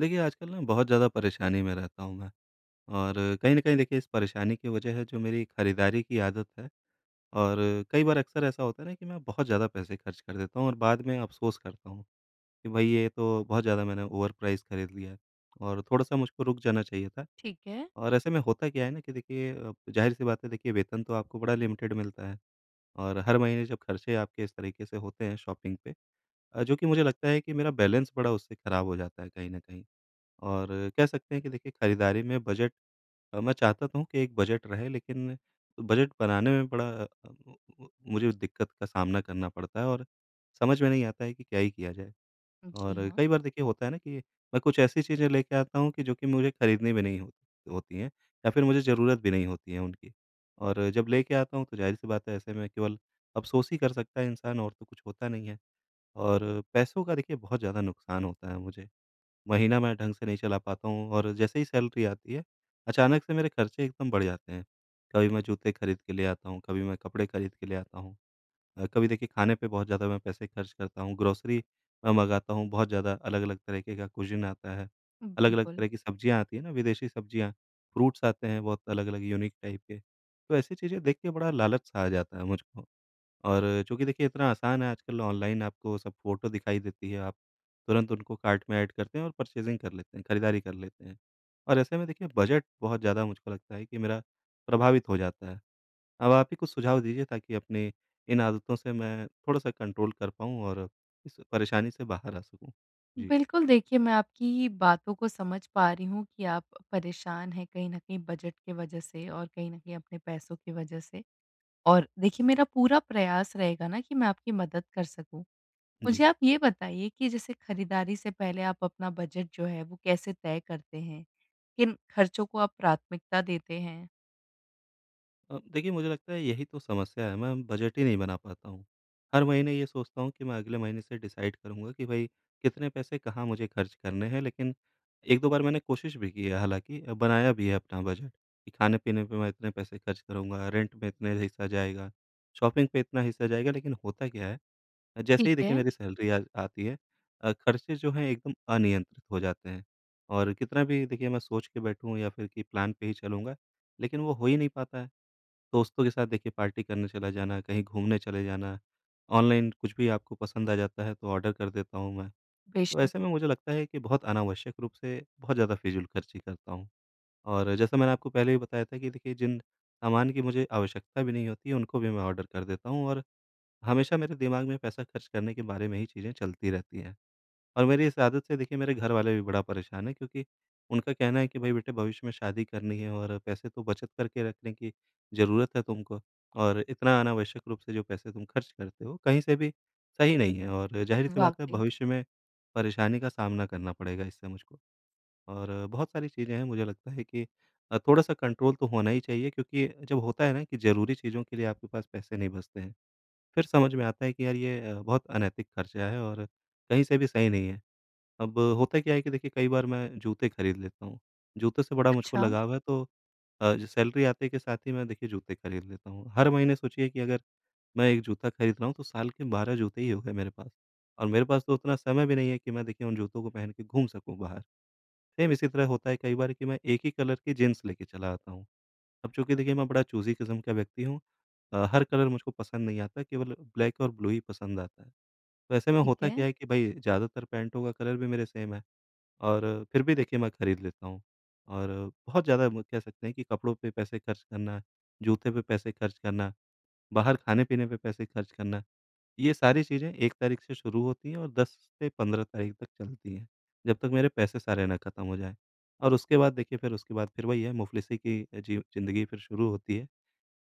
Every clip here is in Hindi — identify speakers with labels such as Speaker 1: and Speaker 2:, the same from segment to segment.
Speaker 1: देखिए, आजकल ना बहुत ज़्यादा परेशानी में रहता हूँ मैं। और कहीं न कहीं देखिए इस परेशानी की वजह है जो मेरी खरीदारी की आदत है। और कई बार अक्सर ऐसा होता है ना कि मैं बहुत ज़्यादा पैसे खर्च कर देता हूँ और बाद में अफ़सोस करता हूँ कि भई ये तो बहुत ज़्यादा मैंने ओवर प्राइस खरीद लिया है और थोड़ा-सा मुझको रुक जाना चाहिए था।
Speaker 2: ठीक है।
Speaker 1: और ऐसे में होता क्या है ना कि देखिए ज़ाहिर-सी बात है, देखिए वेतन तो आपको बड़ा लिमिटेड मिलता है। और हर महीने जब खर्चे आपके इस तरीके से होते हैं शॉपिंग पे, जो कि मुझे लगता है कि मेरा बैलेंस बड़ा उससे खराब हो जाता है कहीं न कहीं। और कह सकते हैं कि देखिए खरीदारी में बजट, मैं चाहता तो हूँ कि एक बजट रहे, लेकिन बजट बनाने में बड़ा अ, मु- मु- मुझे दिक्कत का सामना करना पड़ता है और समझ में नहीं आता है कि क्या ही किया जाए।
Speaker 2: जी
Speaker 1: और
Speaker 2: हाँ,
Speaker 1: कई बार देखिए होता है ना कि मैं कुछ ऐसी चीज़ें लेके आता हूँ कि जो कि मुझे खरीदनी भी नहीं होती होती हैं या फिर मुझे ज़रूरत भी नहीं होती है उनकी। और जब लेके आता हूँ तो ज़ाहिर-सी बात है, ऐसे में केवल अफ़सोस ही कर सकता है इंसान, और तो कुछ होता नहीं है। और पैसों का देखिए बहुत ज़्यादा नुकसान होता है मुझे। महीना मैं ढंग से नहीं चला पाता हूँ और जैसे ही सैलरी आती है, अचानक से मेरे खर्चे एकदम बढ़ जाते हैं। कभी मैं जूते खरीद के ले आता हूँ, कभी मैं कपड़े खरीद के ले आता हूँ। कभी देखिए खाने पे बहुत ज़्यादा मैं पैसे खर्च करता हूँ, ग्रोसरी मैं मँगाता हूँ, बहुत ज़्यादा अलग-अलग तरीके का कुज़ीन आता है, अलग-अलग
Speaker 2: बिल्कुल।
Speaker 1: तरह की सब्जियाँ आती हैं ना, विदेशी सब्जियाँ, फ्रूट्स आते हैं बहुत अलग-अलग यूनिक टाइप के। तो ऐसी चीज़ें देख के बड़ा लालच-सा आ जाता है मुझको। और चूँकि देखिए इतना आसान है आजकल, ऑनलाइन आपको सब फ़ोटो दिखाई देती है, आप तुरंत उनको कार्ट में ऐड करते हैं और परचेज़िंग कर लेते हैं, खरीदारी कर लेते हैं। और ऐसे में देखिए बजट बहुत ज़्यादा मुझको लगता है कि मेरा प्रभावित हो जाता है। अब आप ही कुछ सुझाव दीजिए ताकि अपनी इन आदतों से मैं थोड़ा-सा कंट्रोल कर पाऊँ और इस परेशानी से बाहर आ सकूँ। जी।
Speaker 2: बिल्कुल, देखिए मैं आपकी बातों को समझ पा रही हूँ कि आप परेशान हैं कहीं न कहीं बजट की वज़ह से और कहीं न कहीं अपने पैसों की वज़ह से। और देखिए मेरा पूरा प्रयास रहेगा ना कि मैं आपकी मदद कर सकूँ। मुझे
Speaker 1: जी।
Speaker 2: आप ये बताइए कि जैसे खरीदारी से पहले आप अपना बजट जो है वो कैसे तय करते हैं? किन खर्चों को आप प्राथमिकता देते हैं?
Speaker 1: देखिए, मुझे लगता है यही तो समस्या है, मैं बजट ही नहीं बना पाता हूँ। हर महीने ये सोचता हूँ कि मैं अगले महीने से डिसाइड करूँगा कि भई कितने पैसे कहाँ मुझे खर्च करने हैं, लेकिन 1-2 बार मैंने कोशिश भी की है, हालाँकि बनाया भी है अपना बजट कि खाने-पीने पे मैं इतने पैसे खर्च करूँगा, रेंट में इतने हिस्सा जाएगा, शॉपिंग पे इतना हिस्सा जाएगा, लेकिन होता क्या है, जैसे
Speaker 2: ठीक
Speaker 1: ही देखिए
Speaker 2: है,
Speaker 1: मेरी सैलरी आ आती है, खर्चे जो हैं एकदम अनियंत्रित हो जाते हैं। और कितना भी देखिए मैं सोच के बैठूँ या फिर कि प्लान पे ही चलूँगा, लेकिन वो हो ही नहीं पाता है। दोस्तों के साथ देखिए पार्टी करने चला जाना, कहीं घूमने चले जाना, ऑनलाइन कुछ भी आपको पसंद आ जाता है तो ऑर्डर कर देता हूँ मैं। तो
Speaker 2: बेशक,
Speaker 1: ऐसे में मुझे लगता है कि बहुत अनावश्यक रूप से बहुत ज़्यादा फ़िज़ूल खर्ची करता हूँ। और जैसा मैंने आपको पहले भी बताया था कि देखिए जिन सामान की मुझे आवश्यकता भी नहीं होती है उनको भी मैं ऑर्डर कर देता हूँ, और हमेशा मेरे दिमाग में पैसा खर्च करने के बारे में ही चीज़ें चलती रहती हैं। और मेरी इस आदत से देखिए मेरे घर वाले भी बड़ा परेशान हैं, क्योंकि उनका कहना है कि भाई बेटे भविष्य में शादी करनी है और पैसे तो बचत करके रखने की ज़रूरत है तुमको, और इतना अनावश्यक रूप से जो पैसे तुम खर्च करते हो कहीं से भी सही नहीं है, और ज़ाहिर-सी बात है
Speaker 2: वाक़ई।
Speaker 1: भविष्य में परेशानी का सामना करना पड़ेगा इससे मुझको। और बहुत सारी चीज़ें हैं, मुझे लगता है कि थोड़ा-सा कंट्रोल तो होना ही चाहिए, क्योंकि जब होता है ना कि ज़रूरी चीज़ों के लिए आपके पास पैसे नहीं बचते हैं, फिर समझ में आता है कि यार ये बहुत अनैतिक खर्चा है और कहीं से भी सही नहीं है। अब होता क्या है कि देखिए कई बार मैं जूते खरीद लेता हूँ। जूतों से बड़ा मुझको
Speaker 2: अच्छा,
Speaker 1: लगाव है, तो जो सैलरी आते के साथ ही मैं देखिए जूते खरीद लेता हूँ। हर महीने सोचिए कि अगर मैं 1 जूता खरीद रहा हूँ तो साल के 12 जूते ही हो गए मेरे पास। और मेरे पास तो उतना समय भी नहीं है कि मैं देखिए उन जूतों को पहन के घूम सकूँ बाहर। सेम इसी तरह होता है कई बार कि मैं एक ही कलर की जीन्स लेके चला आता हूँ। अब चूँकि देखिए मैं बड़ा चूज़ी किस्म का व्यक्ति हूँ। हर कलर मुझको पसंद नहीं आता, केवल ब्लैक और ब्लू ही पसंद आता है। तो ऐसे में
Speaker 2: ठीक
Speaker 1: होता
Speaker 2: है।
Speaker 1: क्या है कि भई ज़्यादातर पैंटों का कलर भी मेरे सेम है। और फिर भी देखिए मैं खरीद लेता हूँ। और बहुत ज़्यादा म कह सकते हैं कि कपड़ों पे पैसे खर्च करना, जूते पे पैसे खर्च करना, बाहर खाने-पीने पे पैसे खर्च करना, ये सारी चीज़ें 1 तारीख से शुरू होती हैं और 10 से 15 तारीख तक चलती हैं, जब तक मेरे पैसे सारे ना खत्म हो जाएँ। और उसके बाद देखिए फिर उसके बाद फिर वही है, मुफ़्लिसी की ज़िंदगी फिर शुरू होती है।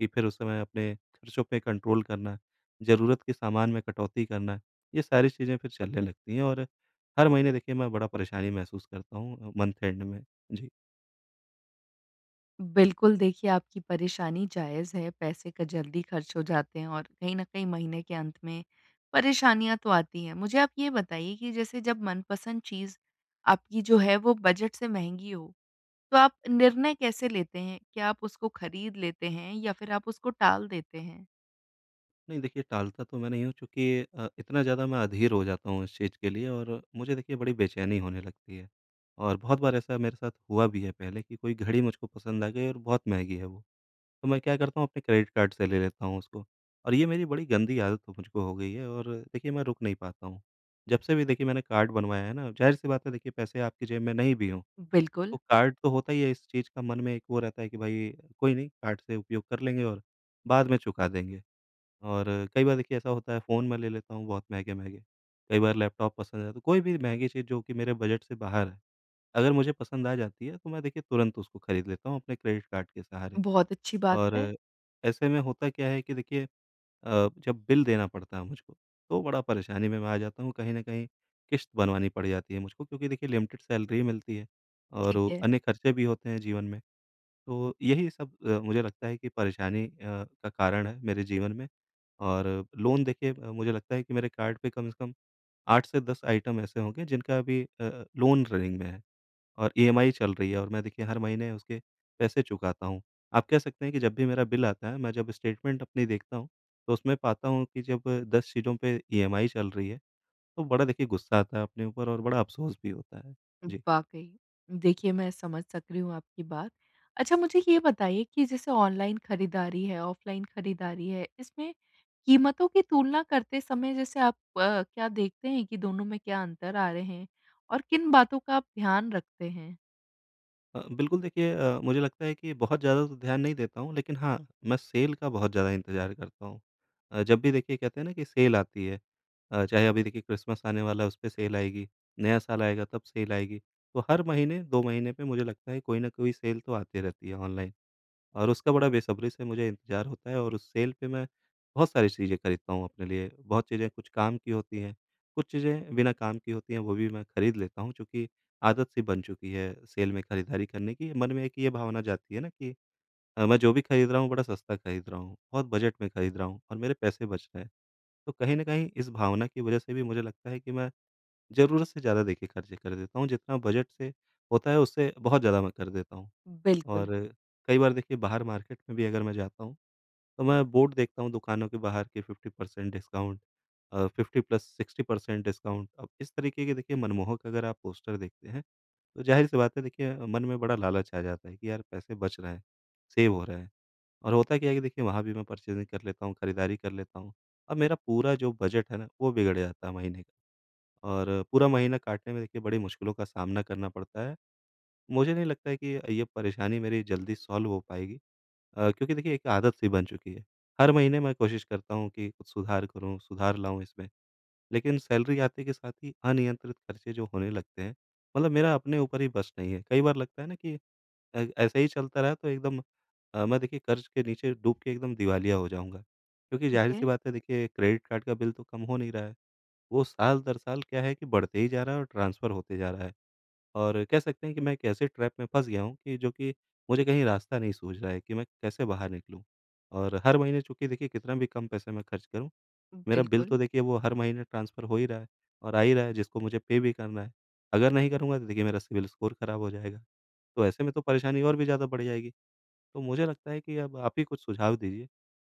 Speaker 1: कि फिर उस समय अपने खर्चों पे कंट्रोल करना, ज़रूरत के सामान में कटौती करना, ये सारी चीज़ें फिर चलने लगती हैं और हर महीने देखिए मैं बड़ा परेशानी महसूस करता हूँ मंथ एंड में। जी।
Speaker 2: बिल्कुल, देखिए आपकी परेशानी जायज़ है, पैसे का जल्दी खर्च हो जाते हैं और कहीं न कहीं महीने के अंत में परेशानियाँ तो आती हैं। मुझे आप ये बताइए कि जैसे जब मनपसंद चीज़ आपकी जो है वो बजट से महँगी हो, तो आप निर्णय कैसे लेते हैं? क्या आप उसको खरीद लेते हैं या फिर आप उसको टाल देते हैं?
Speaker 1: नहीं देखिए, टालता तो मैं नहीं हूँ, चूँकि इतना ज़्यादा मैं अधीर हो जाता हूँ इस चीज़ के लिए और मुझे देखिए बड़ी बेचैनी होने लगती है। और बहुत बार ऐसा मेरे साथ हुआ भी है पहले कि कोई घड़ी मुझको पसंद आ गई और बहुत महँगी है वो। तो मैं क्या करता हूँ, अपने क्रेडिट कार्ड से ले लेता हूँ उसको, और ये मेरी बड़ी गंदी आदत हो मुझको हो गई है, और देखिए मैं रुक नहीं पाता हूँ। जब से भी देखिए मैंने कार्ड बनवाया है ना, ज़ाहिर-सी बात है, देखिए पैसे आपकी जेब में नहीं भी हों, तो
Speaker 2: बिल्कुल,
Speaker 1: कार्ड तो होता ही है। इस चीज़ का मन में एक वो रहता है कि भाई कोई नहीं, कार्ड से उपयोग कर लेंगे और बाद में चुका देंगे। और कई बार देखिए ऐसा होता है, फ़ोन मैं ले लेता हूँ बहुत महँगे-महँगे, कई बार लैपटॉप पसंद है तो कोई भी महँगी चीज़ जो कि मेरे बजट से बाहर है, अगर मुझे पसंद आ जाती है तो मैं देखिए तुरंत उसको खरीद लेता हूँ अपने क्रेडिट कार्ड के सहारे।
Speaker 2: बहुत अच्छी बात
Speaker 1: और
Speaker 2: है।
Speaker 1: ऐसे में होता क्या है कि देखिए जब बिल देना पड़ता है मुझको, तो बड़ा परेशानी में मैं आ जाता हूँ, कहीं न कहीं किश्त बनवानी पड़ जाती है मुझको, क्योंकि देखिए लिमिटेड सैलरी ही मिलती है और
Speaker 2: ठीक
Speaker 1: वो
Speaker 2: है।
Speaker 1: अन्य खर्चे भी होते हैं जीवन में। तो यही सब मुझे लगता है कि परेशानी का कारण है मेरे जीवन में। और लोन देखिए मुझे लगता है कि मेरे कार्ड पे कम से कम 8 से 10 आइटम ऐसे होंगे, जिनका अभी लोन रनिंग में है। और ईएमआई चल रही है और मैं देखिए हर महीने उसके पैसे चुकाता हूँ। आप कह सकते हैं कि जब भी मेरा बिल आता है, मैं जब स्टेटमेंट अपनी देखता हूँ, तो उसमें पाता हूँ कि जब 10 चीज़ों पे ईएमआई चल रही है, तो बड़ा देखिए गुस्सा आता है अपने ऊपर और बड़ा अफ़सोस भी होता है। जी।
Speaker 2: वाक़ई। देखिए, मैं समझ सक रही हूँ आपकी बात। अच्छा, मुझे ये बताइए कि जैसे ऑनलाइन खरीदारी है, ऑफ़लाइन खरीदारी है, इसमें कीमतों की तुलना करते समय जैसे आप क्या देखते हैं कि दोनों में क्या अंतर आ रहे हैं? और किन बातों का आप ध्यान रखते हैं?
Speaker 1: बिल्कुल देखिए, मुझे लगता है कि बहुत ज़्यादा तो ध्यान नहीं देता हूँ, लेकिन हाँ, मैं सेल का बहुत ज़्यादा इंतज़ार करता हूँ। जब भी देखिए कहते हैं ना कि सेल आती है, चाहे अभी देखिए क्रिसमस आने वाला है, उस पे सेल आएगी, नया साल आएगा तब सेल आएगी। तो हर महीने 2 महीने पे मुझे लगता है कोई ना कोई सेल तो आती रहती है ऑनलाइन। और उसका बड़ा बेसब्री से मुझे इंतज़ार होता है और उस सेल पे मैं बहुत सारी चीज़ें खरीदता हूँ अपने लिए। बहुत चीज़ें कुछ काम की होती हैं, कुछ चीज़ें बिना काम की होती हैं, वो भी मैं खरीद लेता हूँ, चूँकि आदत सी बन चुकी है सेल में खरीदारी करने की। मन में एक ये भावना जाती है ना कि मैं जो भी खरीद रहा हूँ बड़ा सस्ता खरीद रहा हूँ, बहुत बजट में खरीद रहा हूँ और मेरे पैसे बच रहे हैं। तो कहीं न कहीं इस भावना की वज़ह से भी मुझे लगता है कि मैं ज़रूरत से ज़्यादा देखिए खर्चे कर देता हूँ, जितना बजट से होता है उससे बहुत ज़्यादा मैं कर देता हूँ।
Speaker 2: बिल्कुल,
Speaker 1: और कई बार देखिए बाहर मार्केट में भी अगर मैं जाता हूँ, तो मैं बोर्ड देखता हूँ दुकानों के बाहर कि 50% डिस्काउंट, 50 प्लस 60% डिस्काउंट। अब इस तरीके के देखिए मनमोहक अगर आप पोस्टर देखते हैं, तो ज़ाहिर-सी बात है, देखिए मन में बड़ा लालच आ जाता है कि यार पैसे बच रहे हैं, सेव हो रहे हैं, और होता क्या है कि देखिए वहाँ भी मैं परचेज़िंग कर लेता हूँ, खरीदारी कर लेता हूँ। अब मेरा पूरा जो बजट है ना, वो बिगड़ जाता है महीने का, और पूरा महीना काटने में देखिए बड़ी मुश्किलों का सामना करना पड़ता है। मुझे नहीं लगता है कि ये परेशानी मेरी जल्दी सॉल्व हो पाएगी, क्योंकि देखिए एक आदत सी बन चुकी है। हर महीने मैं कोशिश करता हूँ कि कुछ सुधार करूँ, सुधार लाऊँ इसमें। लेकिन सैलरी आते के साथ ही अनियंत्रित खर्चे जो होने लगते हैं, मतलब मेरा अपने ऊपर ही बस नहीं है। कई बार लगता है ना कि ऐसे ही चलता रहा तो एकदम मैं देखिए कर्ज़ के नीचे डूब के एकदम दिवालिया हो जाऊँगा। क्योंकि
Speaker 2: ठीक
Speaker 1: ज़ाहिर-सी
Speaker 2: है।
Speaker 1: बात है, देखिए क्रेडिट कार्ड का बिल तो कम हो नहीं रहा है। वो साल दर साल क्या है कि बढ़ते ही जा रहा है और ट्रांसफ़र होते जा रहा है। और कह सकते हैं कि मैं एक ऐसे ट्रैप में फँस गया हूँ कि जो कि मुझे कहीं रास्ता नहीं सूझ रहा है कि मैं कैसे बाहर निकलूँ? और हर महीने चूँकि देखिए कितना भी कम पैसे मैं खर्च करूँ, मेरा बिल तो
Speaker 2: बिल्कुल।
Speaker 1: देखिए वो हर महीने ट्रांसफ़र हो ही रहा है और आ ही रहा है, जिसको मुझे पे भी करना है। अगर नहीं करूँगा तो देखिए मेरा सिबिल स्कोर खराब हो जाएगा। तो ऐसे में तो परेशानी और भी ज़्यादा बढ़ जाएगी। तो मुझे लगता है कि अब आप ही कुछ सुझाव दीजिए,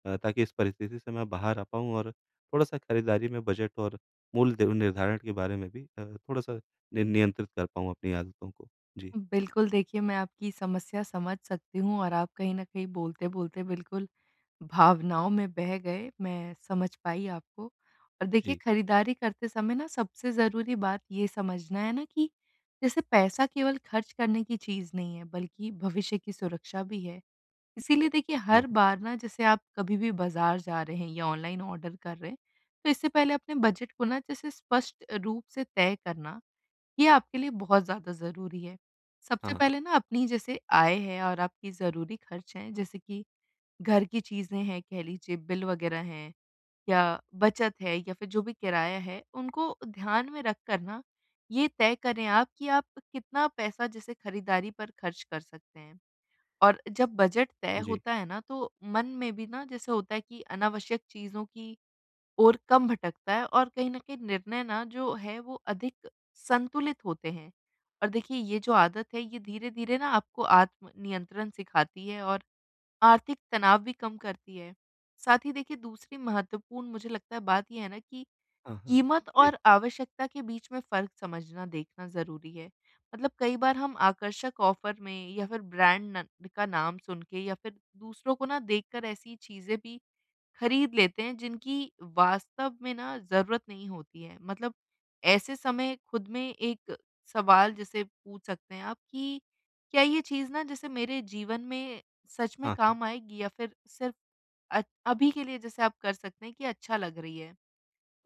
Speaker 1: ताकि इस परिस्थिति से मैं बाहर आ पाऊँ और थोड़ा-सा खरीदारी में बजट और मूल्य निर्धारण के बारे में भी थोड़ा-सा नि नियंत्रित कर पाऊँ अपनी आदतों को। जी।
Speaker 2: बिल्कुल, देखिए मैं आपकी समस्या समझ सकती हूँ और आप कहीं न कहीं बोलते-बोलते बिल्कुल भावनाओं में बह गए, मैं समझ पाई आपको। और देखिए
Speaker 1: जी।
Speaker 2: खरीदारी करते समय ना सबसे ज़रूरी बात ये समझना है ना कि जैसे पैसा केवल खर्च करने की चीज़ नहीं है, बल्कि भविष्य की सुरक्षा भी है। इसीलिए देखिए
Speaker 1: सही
Speaker 2: हर
Speaker 1: बात।
Speaker 2: बार ना जैसे आप कभी भी बाज़ार जा रहे हैं या ऑनलाइन ऑर्डर कर रहे हैं, तो इससे पहले अपने बजट को ना जैसे स्पष्ट रूप से तय करना, ये आपके लिए बहुत ज़्यादा ज़रूरी है।
Speaker 1: हाँ,
Speaker 2: सबसे
Speaker 1: हाँ,
Speaker 2: पहले ना अपनी जैसे आय है और आपकी ज़रूरी खर्च हैं, जैसे कि घर की चीज़ें हैं कह लीजिए, बिल वग़ैरह हैं, या बचत है या फिर जो भी किराया है, उनको ध्यान में रख कर ना ये तय करें आप कि आप कितना पैसा जैसे खरीदारी पर खर्च कर सकते हैं। और जब बजट तय
Speaker 1: जी।
Speaker 2: होता है ना, तो मन में भी ना जैसे होता है कि अनावश्यक चीज़ों की ओर कम भटकता है और कहीं न कहीं निर्णय ना जो है वो अधिक संतुलित होते हैं। और देखिए ये जो आदत है, ये धीरे-धीरे ना आपको आत्म नियंत्रण सिखाती है और आर्थिक तनाव भी कम करती है। साथ ही देखिए दूसरी महत्वपूर्ण मुझे लगता है बात ये है ना कि
Speaker 1: हाँ, हाँ।
Speaker 2: कीमत
Speaker 1: जी।
Speaker 2: और आवश्यकता के बीच में फ़र्क समझना, देखना ज़रूरी है। मतलब कई बार हम आकर्षक ऑफ़र में या फिर ब्रांड न का नाम सुन के या फिर दूसरों को ना देखकर ऐसी चीज़ें भी खरीद लेते हैं, जिनकी वास्तव में ना ज़रूरत नहीं होती है। मतलब ऐसे समय खुद में एक सवाल जैसे पूछ सकते हैं आप कि क्या ये चीज़ ना जैसे मेरे जीवन में सच में
Speaker 1: हाँ, हाँ।
Speaker 2: काम आएगी या फिर सिर्फ़ अभी के लिए जैसे आप कर सकते हैं कि अच्छा लग रही है?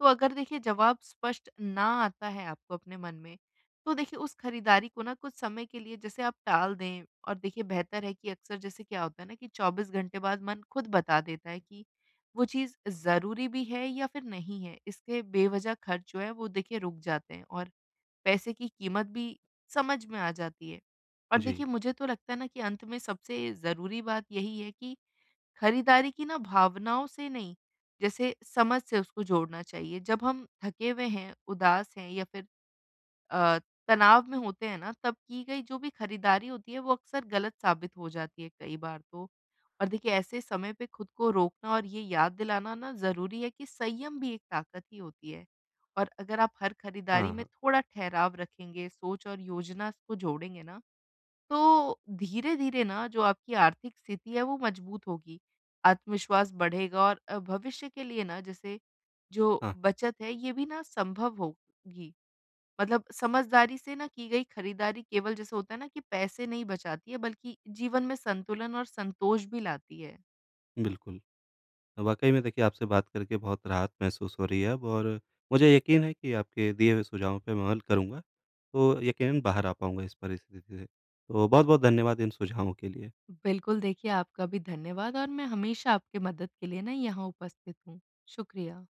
Speaker 2: तो अगर देखिए जवाब स्पष्ट ना आता है आपको अपने मन में, तो देखिए उस खरीदारी को ना कुछ समय के लिए जैसे आप टाल दें और देखिए बेहतर है कि अक्सर जैसे क्या होता है ना कि 24 घंटे बाद मन खुद बता देता है कि वो चीज़ ज़रूरी भी है या फिर नहीं है। इसके बेवज़ह खर्च जो है वो देखिए रुक जाते हैं और पैसे की कीमत भी समझ में आ जाती है। और
Speaker 1: जी।
Speaker 2: देखिए मुझे तो लगता है ना कि अंत में सबसे ज़रूरी बात यही है कि खरीदारी की ना भावनाओं से नहीं, जैसे समझ से उसको जोड़ना चाहिए। जब हम थके हुए हैं, उदास हैं या फिर अ, तनाव में होते हैं ना, तब की गई जो भी खरीदारी होती है, वो अक्सर गलत साबित हो जाती है, कई बार तो। और देखिए, ऐसे समय पे खुद को रोकना और ये याद दिलाना ना ज़रूरी है कि संयम भी एक ताकत ही होती है। और अगर आप हर खरीदारी
Speaker 1: हाँ,
Speaker 2: में
Speaker 1: हाँ।
Speaker 2: थोड़ा ठहराव रखेंगे, सोच और योजना को जोड़ेंगे ना, तो धीरे-धीरे ना जो आपकी आर्थिक स्थिति है वो मजबूत होगी, आत्मविश्वास बढ़ेगा और भविष्य के लिए ना जैसे जो
Speaker 1: हाँ,
Speaker 2: बचत है ये भी ना संभव होगी। मतलब समझदारी से ना की गई खरीदारी केवल जैसे होता है ना कि पैसे नहीं बचाती है, बल्कि जीवन में संतुलन और संतोष भी लाती है।
Speaker 1: बिल्कुल। वाक़ई में देखिए आपसे बात करके बहुत राहत महसूस हो रही है अब, और मुझे यकीन है कि आपके दिए हुए सुझावों पे मैं अमल करूँगा, तो यकीनन बाहर आ पाऊँगा इस परिस्थिति से। तो बहुत-बहुत धन्यवाद इन सुझावों के लिए।
Speaker 2: बिल्कुल, देखिए आपका भी धन्यवाद और मैं हमेशा आपकी मदद के लिए ना यहाँ उपस्थित हूँ। शुक्रिया।